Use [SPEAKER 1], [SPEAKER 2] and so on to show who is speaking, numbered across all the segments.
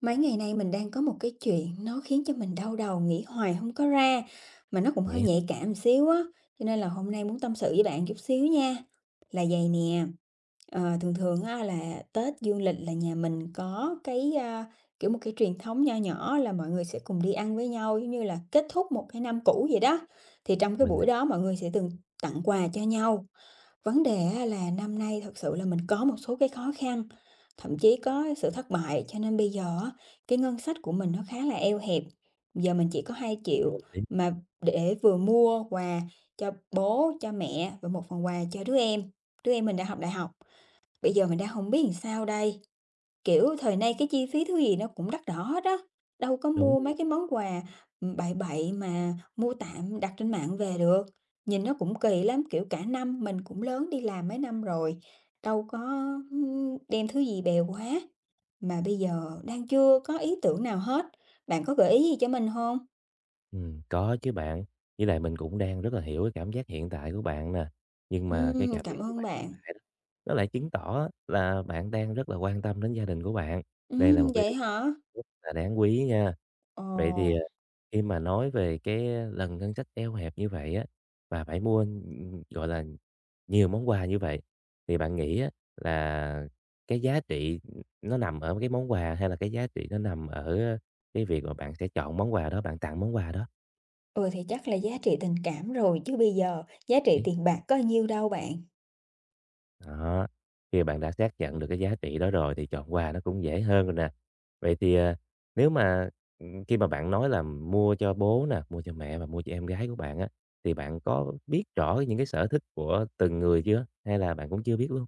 [SPEAKER 1] Mấy ngày nay mình đang có một cái chuyện nó khiến cho mình đau đầu, nghĩ hoài không có ra, mà nó cũng
[SPEAKER 2] Vậy
[SPEAKER 1] hơi
[SPEAKER 2] á,
[SPEAKER 1] nhạy cảm một xíu á, cho nên là hôm nay muốn tâm sự với bạn chút xíu nha. Là vầy nè, thường thường á là Tết dương lịch là nhà mình có cái, kiểu, một cái truyền thống nho nhỏ là mọi người sẽ cùng đi ăn với nhau, giống như là kết thúc một cái năm cũ vậy đó. Thì trong cái
[SPEAKER 2] mình
[SPEAKER 1] buổi đó mọi người sẽ từng tặng quà cho nhau. Vấn đề á là năm nay thật sự là mình có một số cái khó khăn, thậm chí có sự thất bại, cho nên bây giờ á, cái ngân sách của mình nó khá là eo hẹp. Giờ mình chỉ có 2 triệu
[SPEAKER 2] hiểu tí.
[SPEAKER 1] mà để vừa mua quà cho bố, cho mẹ và một phần quà cho đứa em. Đứa em mình đang học đại học, bây giờ mình đang không biết làm sao đây. Kiểu, thời nay cái chi phí thứ gì nó cũng đắt đỏ hết á, đâu có
[SPEAKER 2] Đúng
[SPEAKER 1] mua
[SPEAKER 2] rồi,
[SPEAKER 1] mấy cái món quà, bậy bậy mà mua tạm đặt trên mạng về được. Nhìn nó cũng kỳ lắm, kiểu, cả năm mình cũng lớn đi làm mấy năm rồi, đâu có, đem thứ gì bèo quá, mà bây giờ đang chưa có ý tưởng nào hết. Bạn có gợi ý gì cho mình không?
[SPEAKER 2] có chứ bạn. Với lại mình cũng đang rất là hiểu cái cảm giác hiện tại của bạn nè, nhưng mà cái cảm giác
[SPEAKER 1] Cảm
[SPEAKER 2] của
[SPEAKER 1] ơn
[SPEAKER 2] bạn hiện
[SPEAKER 1] bạn.
[SPEAKER 2] tại đó, nó lại chứng tỏ là bạn đang rất là quan tâm đến gia đình của bạn. Đây là một cái
[SPEAKER 1] Vậy
[SPEAKER 2] điều
[SPEAKER 1] hả?
[SPEAKER 2] rất là đáng quý nha.
[SPEAKER 1] Ờ,
[SPEAKER 2] Vậy thì, khi mà nói về cái lần ngân sách eo hẹp như vậy á, và phải mua, gọi là, nhiều món quà như vậy, thì bạn nghĩ á là cái giá trị, nó nằm ở cái món quà hay là cái giá trị nó nằm ở cái việc mà bạn sẽ chọn món quà đó, bạn tặng món quà đó.
[SPEAKER 1] ừ, thì chắc là giá trị tình cảm rồi chứ bây giờ giá trị
[SPEAKER 2] Ừm.
[SPEAKER 1] tiền bạc có nhiêu đâu bạn.
[SPEAKER 2] Đó, khi mà bạn đã xác nhận được cái giá trị đó rồi thì chọn quà nó cũng dễ hơn rồi nè. Vậy thì, nếu mà, khi mà bạn nói là mua cho bố nè, mua cho mẹ và mua cho em gái của bạn á, thì bạn có biết rõ những cái sở thích của từng người chưa? Hay là bạn cũng chưa biết luôn?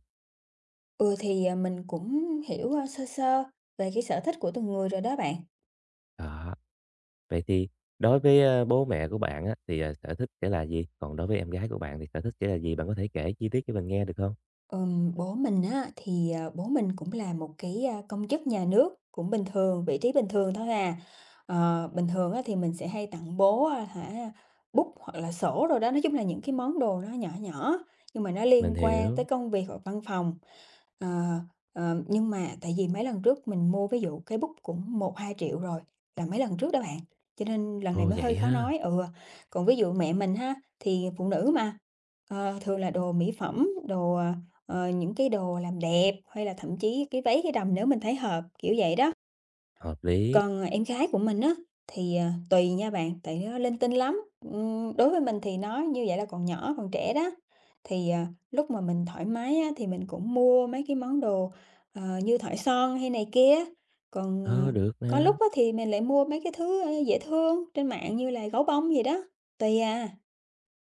[SPEAKER 1] Ừ, thì, mình cũng hiểu, sơ sơ về cái sở thích của từng người rồi đó bạn.
[SPEAKER 2] Đó, vậy thì đối với, bố mẹ của bạn á, thì sở thích sẽ là gì? Còn đối với em gái của bạn thì sở thích sẽ là gì? Bạn có thể kể chi tiết cho mình nghe được không?
[SPEAKER 1] Bố mình á, thì, bố mình cũng là một cái, công chức nhà nước, cũng bình thường, vị trí bình thường thôi à. Ờ, bình thường á, thì mình sẽ hay tặng bố, bút hoặc là sổ rồi đó, nói chung là những cái món đồ nó nhỏ nhỏ, nhưng mà nó liên
[SPEAKER 2] Mình
[SPEAKER 1] quan tới
[SPEAKER 2] hiểu.
[SPEAKER 1] công việc hoặc văn phòng. Ờ, nhưng mà tại vì mấy lần trước mình mua ví dụ cái bút cũng 1-2 triệu rồi, là mấy lần trước đó bạn, cho nên lần này
[SPEAKER 2] Ồ,
[SPEAKER 1] mới hơi
[SPEAKER 2] vậy
[SPEAKER 1] khó
[SPEAKER 2] ha,
[SPEAKER 1] nói, ừ. Còn ví dụ mẹ mình ha, thì phụ nữ mà, thường là đồ mỹ phẩm, đồ, những cái đồ làm đẹp, hay là thậm chí cái váy, cái đầm nếu mình thấy hợp, kiểu vậy đó.
[SPEAKER 2] hợp lý.
[SPEAKER 1] Còn em gái của mình á, thì, tùy nha bạn, tại nó linh tinh lắm. Đối với mình thì nó như vậy là còn nhỏ, còn trẻ đó, thì, lúc mà mình thoải mái á, thì mình cũng mua mấy cái món đồ, như thỏi son hay này kia. Còn,
[SPEAKER 2] Ờ, được
[SPEAKER 1] có
[SPEAKER 2] nè,
[SPEAKER 1] lúc á, thì mình lại mua mấy cái thứ, dễ thương trên mạng như là gấu bông gì đó, tùy à.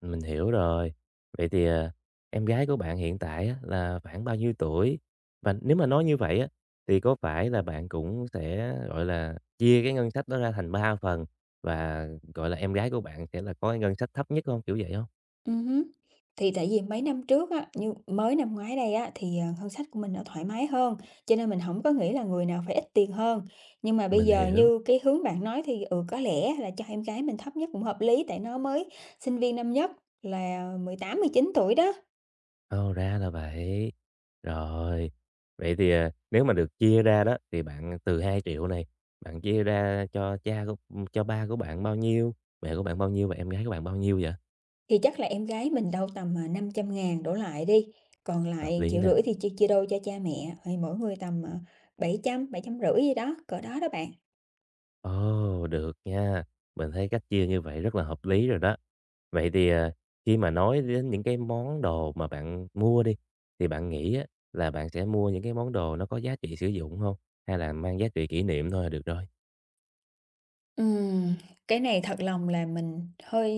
[SPEAKER 2] mình hiểu rồi. Vậy thì, à, em gái của bạn hiện tại á là khoảng bao nhiêu tuổi? Và nếu mà nói như vậy á, thì có phải là bạn cũng sẽ, gọi là, chia cái ngân sách đó ra thành 3 phần và, gọi là, em gái của bạn sẽ là có cái ngân sách thấp nhất không? Kiểu vậy không?
[SPEAKER 1] Ừ, hứm. Thì tại vì mấy năm trước á, như mới năm ngoái đây á, thì, ngân sách của mình nó thoải mái hơn, cho nên mình không có nghĩ là người nào phải ít tiền hơn. Nhưng mà bây
[SPEAKER 2] Mình
[SPEAKER 1] giờ
[SPEAKER 2] hiểu,
[SPEAKER 1] như cái hướng bạn nói thì, ừ, có lẽ là cho em gái mình thấp nhất cũng hợp lý, tại nó mới sinh viên năm nhất là 18, 19 tuổi đó,
[SPEAKER 2] ô, ra là vậy. Rồi, vậy thì, à, nếu mà được chia ra đó, thì bạn từ 2.000.000 này, bạn chia ra cho ba của bạn bao nhiêu, mẹ của bạn bao nhiêu và em gái của bạn bao nhiêu vậy?
[SPEAKER 1] thì chắc là em gái mình đâu tầm, 500.000 đổ lại đi, còn
[SPEAKER 2] Hợp
[SPEAKER 1] lại
[SPEAKER 2] lý
[SPEAKER 1] triệu
[SPEAKER 2] nè.
[SPEAKER 1] rưỡi thì chia chia đôi cho cha mẹ, thì mỗi người tầm, 700, 750 gì đó, cỡ đó đó bạn.
[SPEAKER 2] Ồ, được nha. Mình thấy cách chia như vậy rất là hợp lý rồi đó. Vậy thì, à, khi mà nói đến những cái món đồ mà bạn mua đi, thì bạn nghĩ á là bạn sẽ mua những cái món đồ nó có giá trị sử dụng không? Hay là mang giá trị kỷ niệm thôi là được rồi?
[SPEAKER 1] Ừm, cái này thật lòng là mình hơi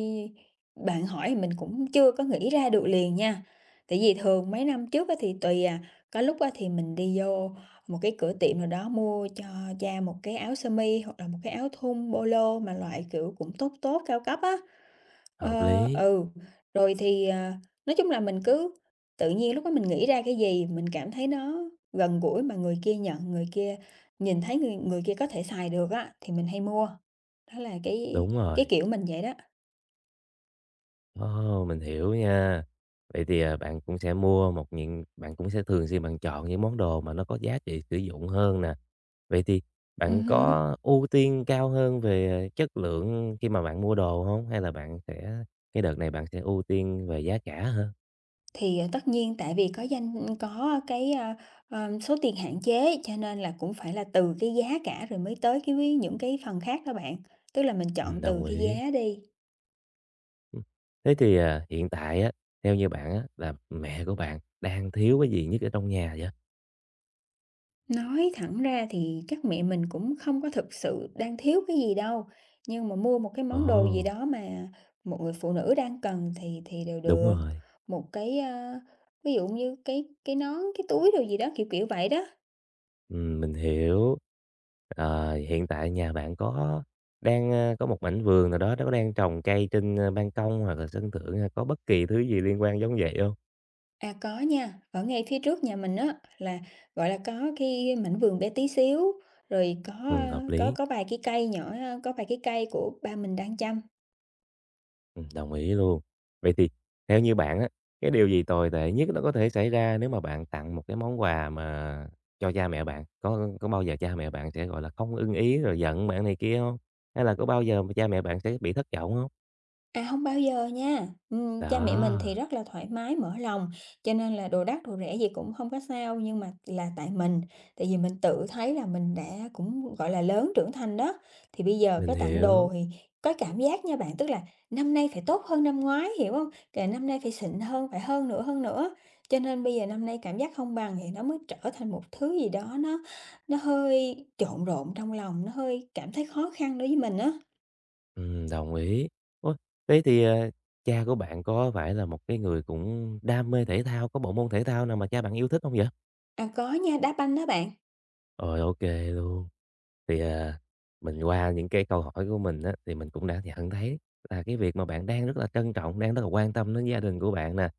[SPEAKER 1] bạn hỏi mình cũng chưa có nghĩ ra được liền nha. Tại vì thường mấy năm trước á thì tùy à, có lúc á thì mình đi vô một cái cửa tiệm nào đó mua cho cha một cái áo sơ mi hoặc là một cái áo thun polo mà loại kiểu cũng tốt tốt cao cấp á.
[SPEAKER 2] Hợp
[SPEAKER 1] Ờ,
[SPEAKER 2] lý,
[SPEAKER 1] ừ, rồi thì, nói chung là mình cứ tự nhiên lúc đó mình nghĩ ra cái gì mình cảm thấy nó gần gũi mà người kia nhận, người kia nhìn thấy người người kia có thể xài được á thì mình hay mua. Đó là cái
[SPEAKER 2] đúng
[SPEAKER 1] cái
[SPEAKER 2] rồi.
[SPEAKER 1] kiểu mình vậy đó.
[SPEAKER 2] Ồ, mình hiểu nha. Vậy thì, à, bạn cũng sẽ thường xuyên bạn chọn những món đồ mà nó có giá trị sử dụng hơn nè. Vậy thì bạn
[SPEAKER 1] Hưm.
[SPEAKER 2] có ưu tiên cao hơn về chất lượng khi mà bạn mua đồ không? Hay là bạn sẽ cái đợt này bạn sẽ ưu tiên về giá cả hơn?
[SPEAKER 1] Thì, tất nhiên tại vì có danh có cái, số tiền hạn chế cho nên là cũng phải là từ cái giá cả rồi mới tới cái ví những cái phần khác đó bạn, tức là mình chọn từ
[SPEAKER 2] Đồng
[SPEAKER 1] cái
[SPEAKER 2] ý.
[SPEAKER 1] giá đi.
[SPEAKER 2] Ừm, thế thì, à, hiện tại á, theo như bạn á, là mẹ của bạn đang thiếu cái gì nhất ở trong nhà vậy?
[SPEAKER 1] Nói thẳng ra thì chắc mẹ mình cũng không có thực sự đang thiếu cái gì đâu, nhưng mà mua một cái món đồ gì
[SPEAKER 2] Ồ,
[SPEAKER 1] đó mà một người phụ nữ đang cần thì đều
[SPEAKER 2] đúng
[SPEAKER 1] được.
[SPEAKER 2] rồi,
[SPEAKER 1] Một cái, ví dụ như cái nón, cái túi đồ gì đó, kiểu vậy đó.
[SPEAKER 2] mình hiểu. Ờ, hiện tại nhà bạn có đang, có một mảnh vườn nào đó, nó có đang trồng cây trên, ban công hoặc là sân thượng hay có bất kỳ thứ gì liên quan giống vậy không?
[SPEAKER 1] À, có nha, ở ngay phía trước nhà mình á là, gọi là, có cái mảnh vườn bé tí xíu, rồi có,
[SPEAKER 2] Hợp
[SPEAKER 1] có
[SPEAKER 2] lý.
[SPEAKER 1] có vài cái cây nhỏ, có vài cái cây của ba mình đang chăm.
[SPEAKER 2] Đồng ý luôn. Vậy thì theo như bạn á, cái điều gì tồi tệ nhất nó có thể xảy ra nếu mà bạn tặng một cái món quà mà cho cha mẹ bạn? Có bao giờ cha mẹ bạn sẽ, gọi là, không ưng ý rồi giận bạn này kia không? Hay là có bao giờ mà cha mẹ bạn sẽ bị thất vọng không?
[SPEAKER 1] À, không bao giờ nha. Cha mẹ mình thì
[SPEAKER 2] Đó,
[SPEAKER 1] rất là thoải mái, mở lòng, cho nên là đồ đắt, đồ rẻ gì cũng không có sao, nhưng mà là tại vì mình tự thấy là mình đã cũng, gọi là, lớn, trưởng thành đó, thì bây giờ
[SPEAKER 2] mình
[SPEAKER 1] có tặng đồ
[SPEAKER 2] hiểu,
[SPEAKER 1] thì có cảm giác nha bạn, tức là năm nay phải tốt hơn năm ngoái, hiểu không kể năm nay phải xịn hơn, phải hơn nữa, cho nên bây giờ năm nay cảm giác không bằng thì nó mới trở thành một thứ gì đó nó hơi trộn rộn trong lòng, nó hơi cảm thấy khó khăn đối với mình á.
[SPEAKER 2] đồng ý. Ôi, thế thì, cha của bạn có phải là một cái người cũng đam mê thể thao, có bộ môn thể thao nào mà cha bạn yêu thích không vậy?
[SPEAKER 1] À, có nha, đá banh đó bạn.
[SPEAKER 2] Rồi, ok luôn. Thì, à, mình qua những cái câu hỏi của mình á, thì mình cũng đã nhận thấy là cái việc mà bạn đang rất là trân trọng, đang rất là quan tâm đến gia đình của bạn nè,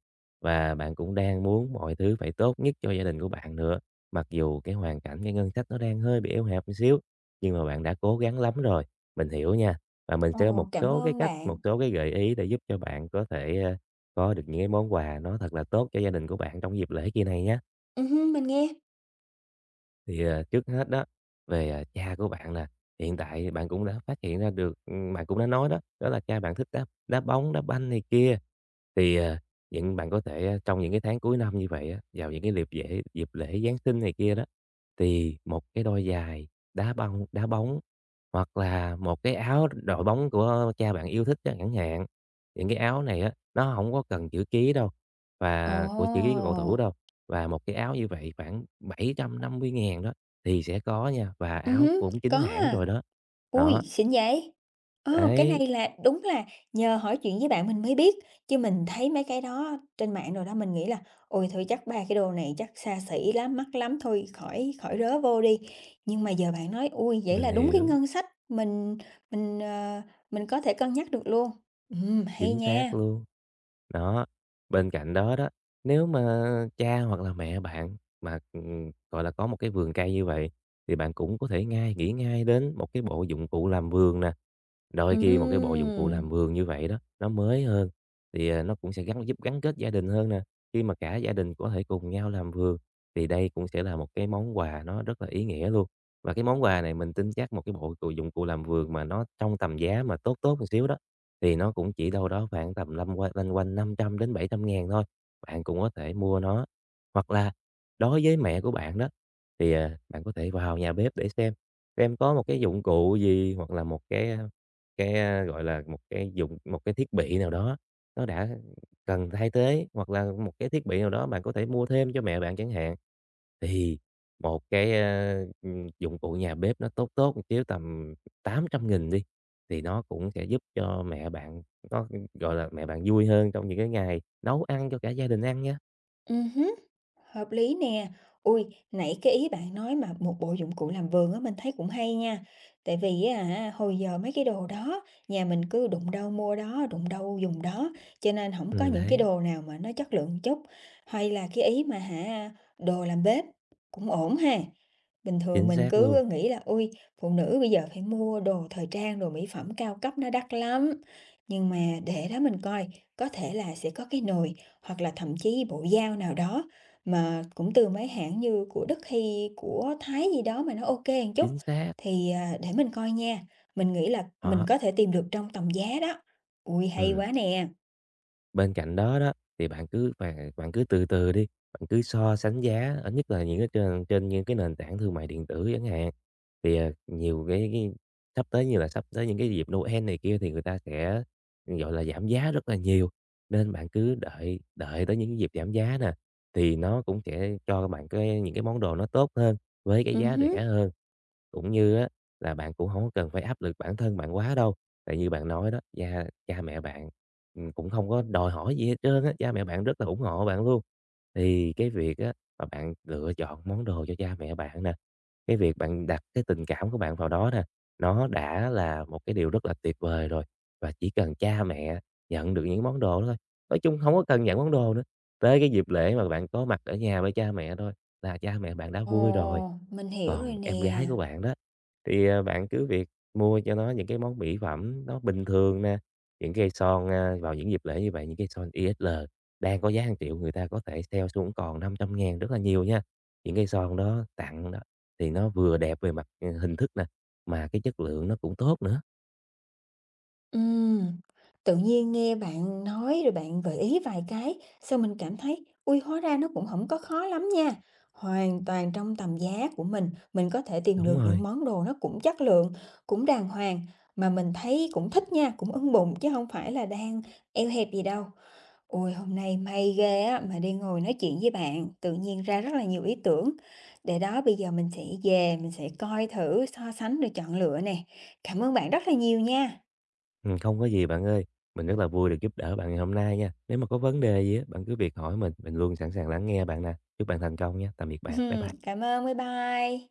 [SPEAKER 2] và bạn cũng đang muốn mọi thứ phải tốt nhất cho gia đình của bạn nữa. Mặc dù cái hoàn cảnh, cái ngân sách nó đang hơi bị eo hẹp một xíu, nhưng mà bạn đã cố gắng lắm rồi, mình hiểu nha. Và mình sẽ có
[SPEAKER 1] Ồ,
[SPEAKER 2] một
[SPEAKER 1] cảm
[SPEAKER 2] số cái
[SPEAKER 1] ơn
[SPEAKER 2] cách, một
[SPEAKER 1] bạn.
[SPEAKER 2] số cái gợi ý để giúp cho bạn có thể, có được những cái món quà nó thật là tốt cho gia đình của bạn trong dịp lễ kỳ này nhé.
[SPEAKER 1] Hưm, mình nghe.
[SPEAKER 2] Thì, à, trước hết đó, về, à, cha của bạn nè, hiện tại bạn cũng đã phát hiện ra được bạn cũng đã nói đó, đó là cha bạn thích đá đá bóng, đá banh này kia. Thì, à, những bạn có thể, trong những cái tháng cuối năm như vậy á, vào những cái dịp lễ Giáng sinh này kia đó, thì một cái đôi giày đá bóng hoặc là một cái áo đội bóng của cha bạn yêu thích á chẳng hạn. Những cái áo này á, nó không có cần chữ ký đâu,
[SPEAKER 1] Ồ,
[SPEAKER 2] và chữ ký của cầu thủ đâu, và một cái áo như vậy khoảng 750.000 đó thì sẽ có nha, và áo
[SPEAKER 1] hứm,
[SPEAKER 2] cũng
[SPEAKER 1] có
[SPEAKER 2] chính hãng
[SPEAKER 1] à.
[SPEAKER 2] rồi đó.
[SPEAKER 1] Ui
[SPEAKER 2] Đó,
[SPEAKER 1] xịn vậy! Ồ, cái
[SPEAKER 2] đấy,
[SPEAKER 1] này là đúng là nhờ hỏi chuyện với bạn mình mới biết, chứ mình thấy mấy cái đó trên mạng rồi đó mình nghĩ là "Ôi, thôi chắc ba cái đồ này chắc xa xỉ lắm, mắc lắm, thôi khỏi khỏi rớ vô đi." Nhưng mà giờ bạn nói, ui vậy
[SPEAKER 2] mình
[SPEAKER 1] là đúng cái
[SPEAKER 2] hiểu.
[SPEAKER 1] ngân sách mình, mình có thể cân nhắc được luôn. Hay
[SPEAKER 2] Chính xác
[SPEAKER 1] nha.
[SPEAKER 2] luôn. Đó, bên cạnh đó đó, nếu mà cha hoặc là mẹ bạn mà, gọi là, có một cái vườn cây như vậy, thì bạn cũng có thể nghĩ ngay đến một cái bộ dụng cụ làm vườn nè. Đôi khi một cái bộ dụng cụ làm
[SPEAKER 1] Ừm,
[SPEAKER 2] vườn như vậy đó, nó mới hơn, thì, à, nó cũng sẽ giúp gắn kết gia đình hơn nè. Khi mà cả gia đình có thể cùng nhau làm vườn, thì đây cũng sẽ là một cái món quà nó rất là ý nghĩa luôn. Và cái món quà này mình tin chắc một cái bộ dụng cụ làm vườn mà nó trong tầm giá mà tốt tốt một xíu đó, thì nó cũng chỉ đâu đó khoảng tầm lăm quanh lanh quanh 500.000 đến 700.000 thôi. Bạn cũng có thể mua nó. Hoặc là đối với mẹ của bạn đó, thì, à, bạn có thể vào nhà bếp để xem, em có một cái dụng cụ gì hoặc là một cái, gọi là, một cái thiết bị nào đó, nó đã cần thay thế, hoặc là một cái thiết bị nào đó bạn có thể mua thêm cho mẹ bạn chẳng hạn. Thì một cái, dụng cụ nhà bếp nó tốt tốt một xíu tầm 800.000 đi, thì nó cũng sẽ giúp cho mẹ bạn nó, gọi là, mẹ bạn vui hơn trong những cái ngày nấu ăn cho cả gia đình ăn nhé.
[SPEAKER 1] ừm. Hợp lý nè. Ui, nãy cái ý bạn nói mà một bộ dụng cụ làm vườn á mình thấy cũng hay nha. Tại vì á hả, hồi giờ mấy cái đồ đó nhà mình cứ đụng đâu mua đó, đụng đâu dùng đó, cho nên không có những cái
[SPEAKER 2] Đấy,
[SPEAKER 1] đồ nào mà nó chất lượng chút. Hay là cái ý mà hả đồ làm bếp cũng ổn ha. Bình thường
[SPEAKER 2] chính
[SPEAKER 1] mình
[SPEAKER 2] xác luôn,
[SPEAKER 1] cứ nghĩ là "Ôi, phụ nữ bây giờ phải mua đồ thời trang, đồ mỹ phẩm cao cấp nó đắt lắm." Nhưng mà để đó mình coi, có thể là sẽ có cái nồi hoặc là thậm chí bộ dao nào đó mà cũng từ mấy hãng như của Đức hay của Thái gì đó mà nó ok kê một chút,
[SPEAKER 2] chính xác,
[SPEAKER 1] thì, để mình coi nha. Mình nghĩ là mình
[SPEAKER 2] đó,
[SPEAKER 1] có thể tìm được trong tầm giá đó. Ui hay
[SPEAKER 2] ừm.
[SPEAKER 1] quá nè!
[SPEAKER 2] Bên cạnh đó đó, thì bạn cứ từ từ đi, bạn cứ so sánh giá, ờ, nhất là những cái trên trên những cái nền tảng thương mại điện tử chẳng hạn. Thì, ờ, nhiều cái sắp tới những cái dịp Noel này kia thì người ta sẽ, gọi là, giảm giá rất là nhiều, nên bạn cứ đợi đợi tới những dịp giảm giá nè, thì nó cũng sẽ cho bạn những cái món đồ nó tốt hơn với cái giá
[SPEAKER 1] Hứm.
[SPEAKER 2] rẻ hơn. Cũng như á là bạn cũng không có cần phải áp lực bản thân bạn quá đâu. Tại như bạn nói đó, cha cha mẹ bạn, cũng không có đòi hỏi gì hết trơn á, cha mẹ bạn rất là ủng hộ bạn luôn. Thì cái việc á mà bạn lựa chọn món đồ cho cha mẹ bạn nè, cái việc bạn đặt cái tình cảm của bạn vào đó nè, nó đã là một cái điều rất là tuyệt vời rồi, và chỉ cần cha mẹ nhận được những món đồ đó thôi, nói chung không có cần nhận món đồ nữa, tới cái dịp lễ mà bạn có mặt ở nhà với cha mẹ thôi là cha mẹ bạn đã
[SPEAKER 1] Ồ,
[SPEAKER 2] vui rồi.
[SPEAKER 1] mình hiểu
[SPEAKER 2] Còn
[SPEAKER 1] rồi
[SPEAKER 2] em
[SPEAKER 1] nè.
[SPEAKER 2] gái của bạn đó, thì, ờ, bạn cứ việc mua cho nó những cái món mỹ phẩm nó bình thường nè, những cây son, a, vào những dịp lễ như vậy, những cây son ESL đang có giá hàng triệu người ta có thể sale xuống còn 500.000 rất là nhiều nha. Những cây son đó tặng đó thì nó vừa đẹp về mặt, ờ, hình thức nè, mà cái chất lượng nó cũng tốt nữa.
[SPEAKER 1] Ừm, tự nhiên nghe bạn nói rồi bạn gợi ý vài cái, sao mình cảm thấy, ui hóa ra nó cũng không có khó lắm nha. Hoàn toàn trong tầm giá của mình có thể tìm
[SPEAKER 2] Đúng
[SPEAKER 1] được những
[SPEAKER 2] rồi,
[SPEAKER 1] món đồ nó cũng chất lượng, cũng đàng hoàng, mà mình thấy cũng thích nha, cũng ưng bụng chứ không phải là đang eo hẹp gì đâu. Ôi, hôm nay may ghê á, mà đi ngồi nói chuyện với bạn, tự nhiên ra rất là nhiều ý tưởng. Để đó bây giờ mình sẽ về mình sẽ coi thử, so sánh rồi chọn lựa nè. Cảm ơn bạn rất là nhiều nha.
[SPEAKER 2] không có gì bạn ơi. Mình rất là vui được giúp đỡ bạn ngày hôm nay nha. Nếu mà có vấn đề gì á, bạn cứ việc hỏi mình luôn sẵn sàng lắng nghe bạn nè. Chúc bạn thành công nha. Tạm biệt bạn. Bye bye.
[SPEAKER 1] cảm ơn, bye bye.